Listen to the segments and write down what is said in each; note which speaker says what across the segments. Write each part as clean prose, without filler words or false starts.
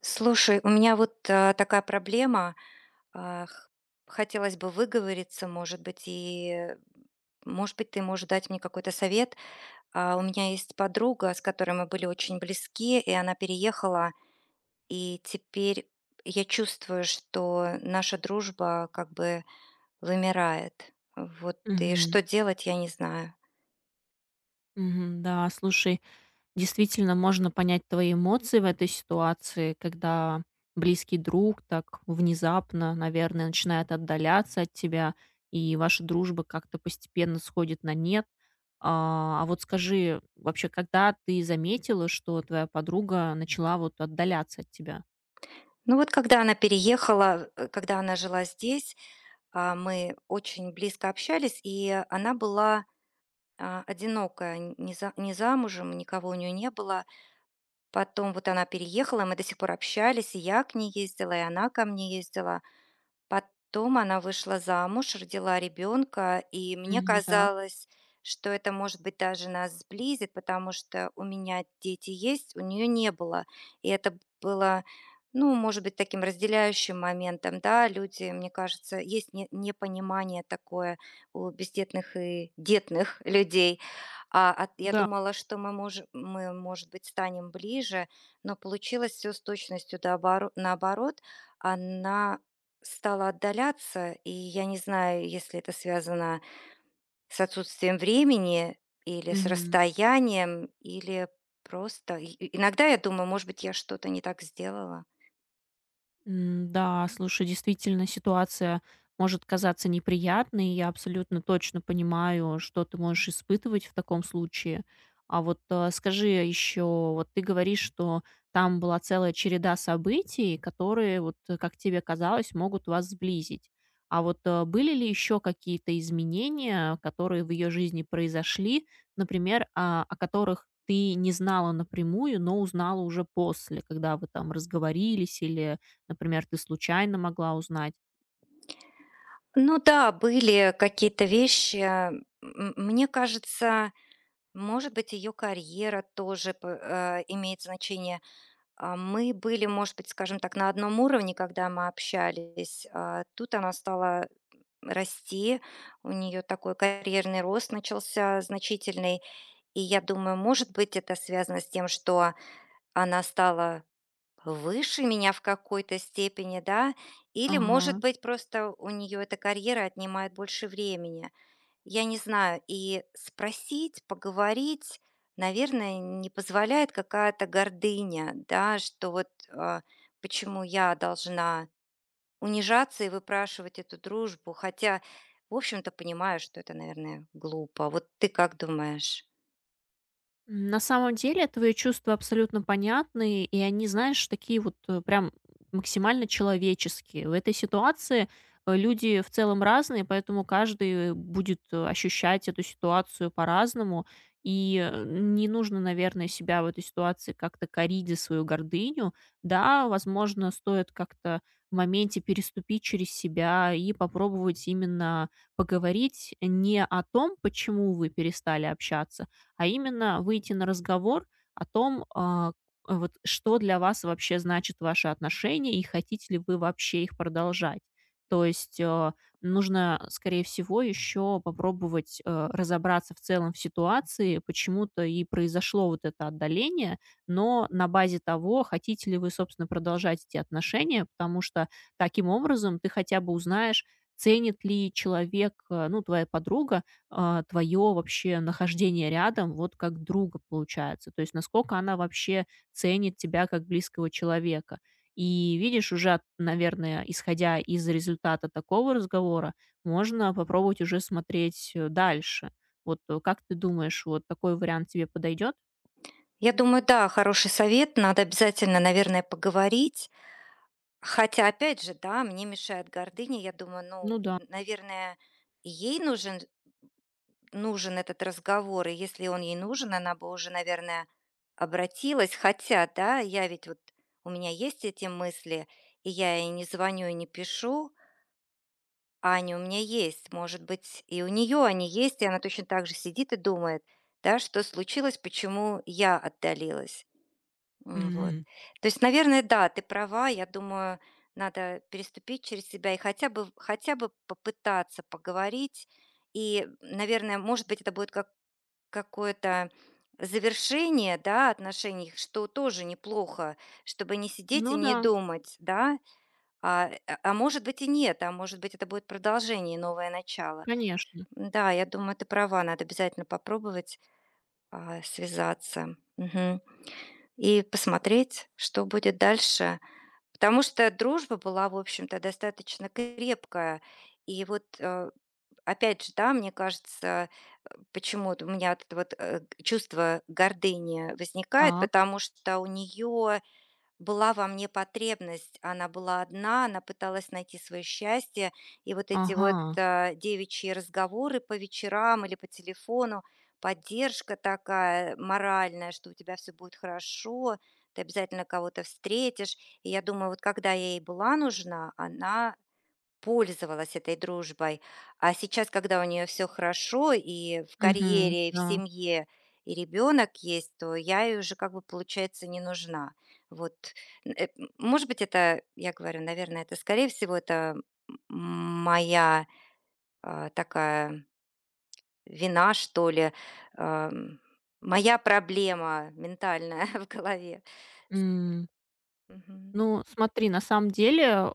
Speaker 1: Слушай, у меня вот такая проблема. а, х- Хотелось бы выговориться, может быть, может быть, ты можешь дать мне какой-то совет. У меня есть подруга, с которой мы были очень близки, и она переехала, и теперь я чувствую, что наша дружба как бы вымирает. Вот, и
Speaker 2: Мгм.
Speaker 1: что делать, я не знаю.
Speaker 2: Мгм. Да, слушай, действительно можно понять твои эмоции в этой ситуации, когда близкий друг так внезапно, наверное, начинает отдаляться от тебя, и ваша дружба как-то постепенно сходит на нет. А вот скажи, вообще, когда ты заметила, что твоя подруга начала вот отдаляться от тебя?
Speaker 1: Ну вот, когда она переехала, когда она жила здесь, мы очень близко общались, и она была одинокая, н не за не замужем, никого у нее не было. Потом вот она переехала, мы до сих пор общались, и я к ней ездила, и она ко мне ездила. Потом она вышла замуж, родила ребенка, и мне
Speaker 2: Мгм. Так,
Speaker 1: казалось, что это, может быть, даже нас сблизит, потому что у меня дети есть, у нее не было. И это было, ну, может быть, таким разделяющим моментом, да, люди, мне кажется, есть непонимание такое у бездетных и детных людей. Я
Speaker 2: да.
Speaker 1: думала, что мы, может быть, станем ближе, но получилось все с точностью наоборот. Она Стала отдаляться, и я не знаю, если это связано с отсутствием времени или с расстоянием, или просто иногда я думаю, может быть, я что-то не так сделала.
Speaker 2: Да, слушай, действительно, ситуация может казаться неприятной. Я абсолютно точно понимаю, что ты можешь испытывать в таком случае. А вот скажи еще, вот ты говоришь, что там была целая череда событий, которые, вот как тебе казалось, могут вас сблизить. А вот были ли еще какие-то изменения, которые в ее жизни произошли, например, о которых ты не знала напрямую, но узнала уже после, когда вы там разговорились или например, ты случайно могла узнать.
Speaker 1: Ну да, были какие-то вещи. Мне кажется, может быть, ее карьера тоже имеет значение. Мы были, может быть, скажем так, на одном уровне, когда мы общались, а тут она стала расти. У нее такой карьерный рост начался значительный. И я думаю, может быть, это связано с тем, что она стала выше меня в какой-то степени, да, или, может
Speaker 2: Ага.
Speaker 1: быть, просто у нее эта карьера отнимает больше времени. Я не знаю. И спросить, поговорить, наверное, не позволяет какая-то гордыня, да, что почему я должна унижаться и выпрашивать эту дружбу, хотя, в общем-то, понимаю, что это, наверное, глупо. Вот ты как думаешь?
Speaker 2: На самом деле твои чувства абсолютно понятны, и они, знаешь, такие вот прям максимально человеческие. В этой ситуации люди в целом разные, поэтому каждый будет ощущать эту ситуацию по-разному. И не нужно, наверное, себя в этой ситуации как-то корить за свою гордыню. Да, возможно, стоит как-то в моменте переступить через себя и попробовать именно поговорить не о том, почему вы перестали общаться, а именно выйти на разговор о том, вот что для вас вообще значит ваши отношения и хотите ли вы вообще их продолжать. То есть нужно, скорее всего, еще попробовать разобраться в целом в ситуации, почему-то и произошло вот это отдаление, но на базе того, хотите ли вы, собственно, продолжать эти отношения, потому что таким образом ты хотя бы узнаешь, ценит ли человек, э, ну, твоя подруга, твое вообще нахождение рядом вот как друга получается. То есть насколько она вообще ценит тебя как близкого человека. И видишь, уже, от- наверное, исходя из результата такого разговора, можно попробовать уже смотреть дальше. Вот как ты думаешь, вот такой вариант тебе подойдет?
Speaker 1: Я думаю, да, хороший совет, надо обязательно, наверное, поговорить. Хотя, опять же, да, мне мешает гордыня. Я думаю, ну,
Speaker 2: Ну да.
Speaker 1: наверное, ей нужен, нужен этот разговор, и если он ей нужен, она бы уже, наверное, обратилась. Хотя, да, я ведь вот, у меня есть эти мысли, и я ей не звоню и не пишу, Аня у меня есть, может быть, и у нее они есть, и она точно так же сидит и думает, да, что случилось, почему я отдалилась. Вот.
Speaker 2: Мгм.
Speaker 1: То есть, наверное, да, ты права, я думаю, надо переступить через себя и хотя бы попытаться поговорить. И, наверное, может быть, это будет как какое-то завершение, да, отношений, что тоже неплохо, чтобы не сидеть и
Speaker 2: Ну
Speaker 1: не
Speaker 2: да,
Speaker 1: думать, да, а может быть и нет, а может быть это будет продолжение и новое начало.
Speaker 2: конечно.
Speaker 1: Да, я думаю, ты права, надо обязательно попробовать, связаться, мгм, и посмотреть, что будет дальше. Потому что дружба была, в общем-то, достаточно крепкая. И вот, опять же, да, мне кажется, почему вот у меня вот это вот чувство гордыни возникает,
Speaker 2: Так.
Speaker 1: потому что у нее была во мне потребность. Она была одна, она пыталась найти свое счастье. И вот эти
Speaker 2: Ага.
Speaker 1: девичьи разговоры по вечерам или по телефону, поддержка такая моральная, что у тебя все будет хорошо, ты обязательно кого-то встретишь. И я думаю, вот когда я ей была нужна, она пользовалась этой дружбой. А сейчас, когда у нее все хорошо и в
Speaker 2: Угу.
Speaker 1: карьере, и в
Speaker 2: Да.
Speaker 1: семье, и ребенок есть, то я ей уже как бы, получается, не нужна. Вот, может быть, это, я говорю, наверное, это, скорее всего, это м моя, такая вина, что ли, ам, моя проблема ментальная в голове.
Speaker 2: М.
Speaker 1: Мгм.
Speaker 2: Ну, смотри, на самом деле,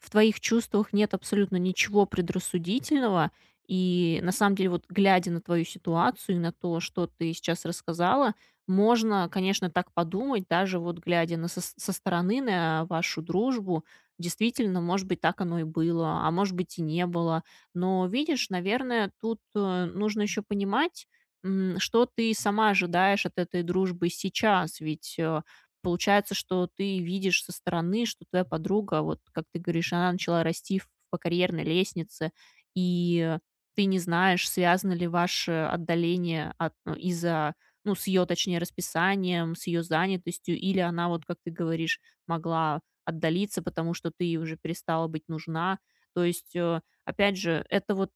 Speaker 2: в твоих чувствах нет абсолютно ничего предрассудительного. И на самом деле, вот глядя на твою ситуацию и на то, что ты сейчас рассказала, можно, конечно, так подумать, даже вот глядя на со, со стороны на вашу дружбу, действительно, может быть, так оно и было, а может быть и не было. Но видишь, наверное, тут нужно еще понимать, что ты сама ожидаешь от этой дружбы сейчас, ведь э, получается, что ты видишь со стороны, что твоя подруга, вот как ты говоришь, она начала расти в по карьерной лестнице, и ты не знаешь, связано ли ваше отдаление от ну, из-за ну, с ее, точнее, расписанием, с ее занятостью, или она, вот как ты говоришь, могла отдалиться, потому что ты ей уже перестала быть нужна. То есть, опять же, это вот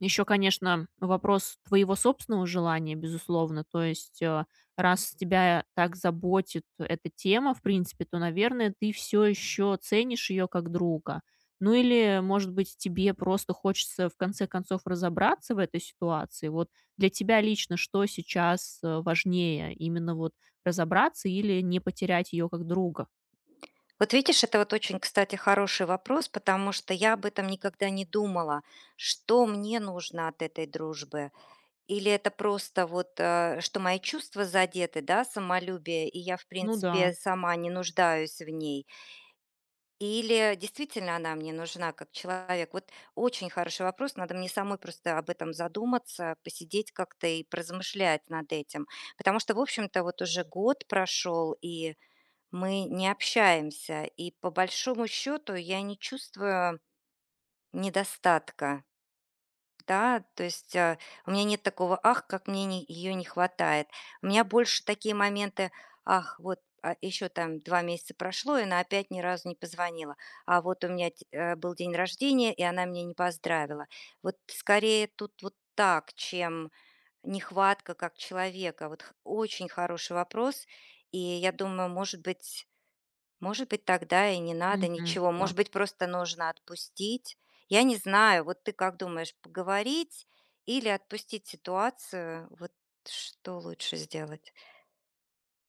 Speaker 2: еще, конечно, вопрос твоего собственного желания, безусловно. То есть раз тебя так заботит эта тема, в принципе, то, наверное, ты все еще ценишь ее как друга. Ну или, может быть, тебе просто хочется в конце концов разобраться в этой ситуации. Вот для тебя лично что сейчас, важнее? Именно вот разобраться или не потерять ее как друга?
Speaker 1: Вот видишь, это вот очень, кстати, хороший вопрос, потому что я об этом никогда не думала, что мне нужно от этой дружбы. Или это просто что мои чувства задеты, да, самолюбие, и я, в
Speaker 2: Ну
Speaker 1: принципе,
Speaker 2: да.
Speaker 1: сама не нуждаюсь в ней. Или действительно она мне нужна как человек. Вот очень хороший вопрос, надо мне самой просто об этом задуматься, посидеть как-то и поразмышлять над этим. Потому что, в общем-то, вот уже год прошел, и мы не общаемся, и по большому счету я не чувствую недостатка. Да, то есть, у меня нет такого «ах, как мне не, ее не хватает». У меня больше такие моменты «ах, вот еще там 2 месяца прошло, и она опять ни разу не позвонила, а вот у меня был день рождения, и она меня не поздравила». Вот скорее тут вот так, чем нехватка как человека. Вот очень хороший вопрос, и я думаю, может быть, тогда и не надо
Speaker 2: Мгм.
Speaker 1: ничего.
Speaker 2: Да.
Speaker 1: Может быть, просто нужно отпустить. Я не знаю, вот ты как думаешь, поговорить или отпустить ситуацию? Вот что лучше сделать?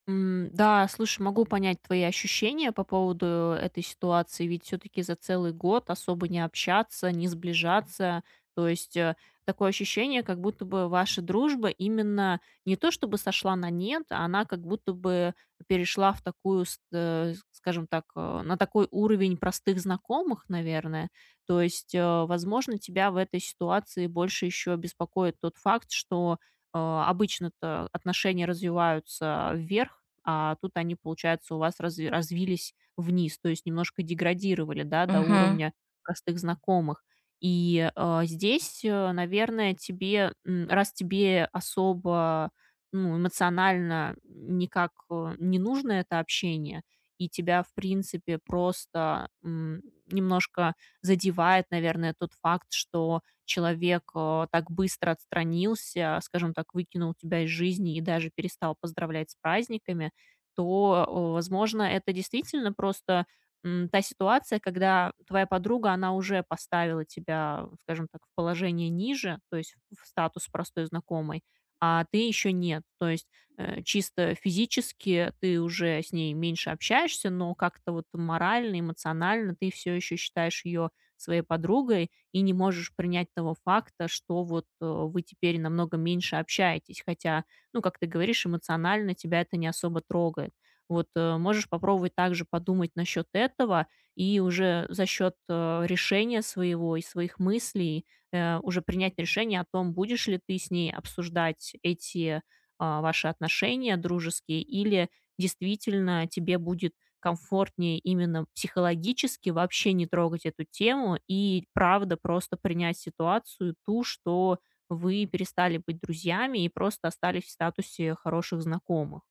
Speaker 2: Да, слушай, могу понять твои ощущения по поводу этой ситуации, ведь все таки за целый год особо не общаться, не сближаться. То есть, такое ощущение, как будто бы ваша дружба именно не то чтобы сошла на нет, а она как будто бы перешла в такую, ст скажем так, на такой уровень простых знакомых, наверное. То есть, возможно, тебя в этой ситуации больше еще беспокоит тот факт, что обычно-то отношения развиваются вверх, а тут они, получается, у вас развились вниз, то есть немножко деградировали, да, до
Speaker 1: Мгм.
Speaker 2: уровня простых знакомых. И, а, здесь, наверное, тебе, м, раз тебе особо, ну, эмоционально никак, не нужно это общение, и тебя, в принципе, просто, м, немножко задевает, наверное, тот факт, что человек так быстро отстранился, скажем так, выкинул тебя из жизни и даже перестал поздравлять с праздниками, то, возможно, это действительно просто м, та ситуация, когда твоя подруга, она уже поставила тебя, скажем так, в положение ниже, то есть в статус простой знакомой, а ты еще нет. То есть чисто физически ты уже с ней меньше общаешься, но как-то вот морально, эмоционально ты все еще считаешь ее своей подругой, и не можешь принять того факта, что вот, вы теперь намного меньше общаетесь, хотя, ну, как ты говоришь, эмоционально тебя это не особо трогает. Вот, можешь попробовать также подумать насчет этого и уже за счет, решения своего и своих мыслей, уже принять решение о том, будешь ли ты с ней обсуждать эти, ваши отношения дружеские или действительно тебе будет комфортнее именно психологически вообще не трогать эту тему и, правда, просто принять ситуацию ту, что вы перестали быть друзьями и просто остались в статусе хороших знакомых.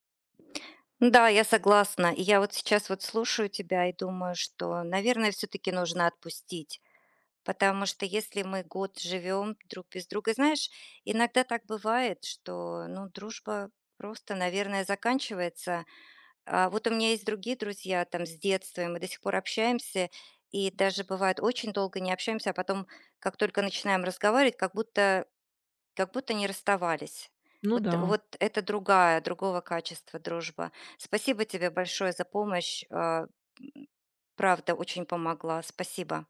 Speaker 1: Да, я согласна. И я вот сейчас вот слушаю тебя и думаю, что, наверное, все-таки нужно отпустить. Потому что если мы год живем друг без друга, знаешь, иногда так бывает, что, ну, дружба просто, наверное, заканчивается. Вот у меня есть другие друзья там с детства, и мы до сих пор общаемся, и даже бывает очень долго не общаемся, а потом, как только начинаем разговаривать, как будто не расставались.
Speaker 2: Ну
Speaker 1: Вот
Speaker 2: да.
Speaker 1: вот это другая, другого качества дружба. Спасибо тебе большое за помощь, правда, очень помогла. Спасибо.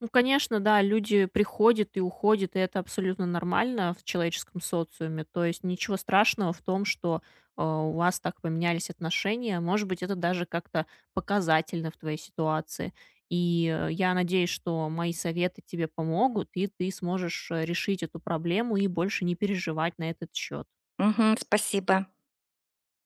Speaker 2: Ну, конечно, да, люди приходят и уходят, и это абсолютно нормально в человеческом социуме. То есть ничего страшного в том, что у вас так поменялись отношения. Может быть, это даже как-то показательно в твоей ситуации. И я надеюсь, что мои советы тебе помогут, и ты сможешь решить эту проблему и больше не переживать на этот счет.
Speaker 1: Мгм, спасибо.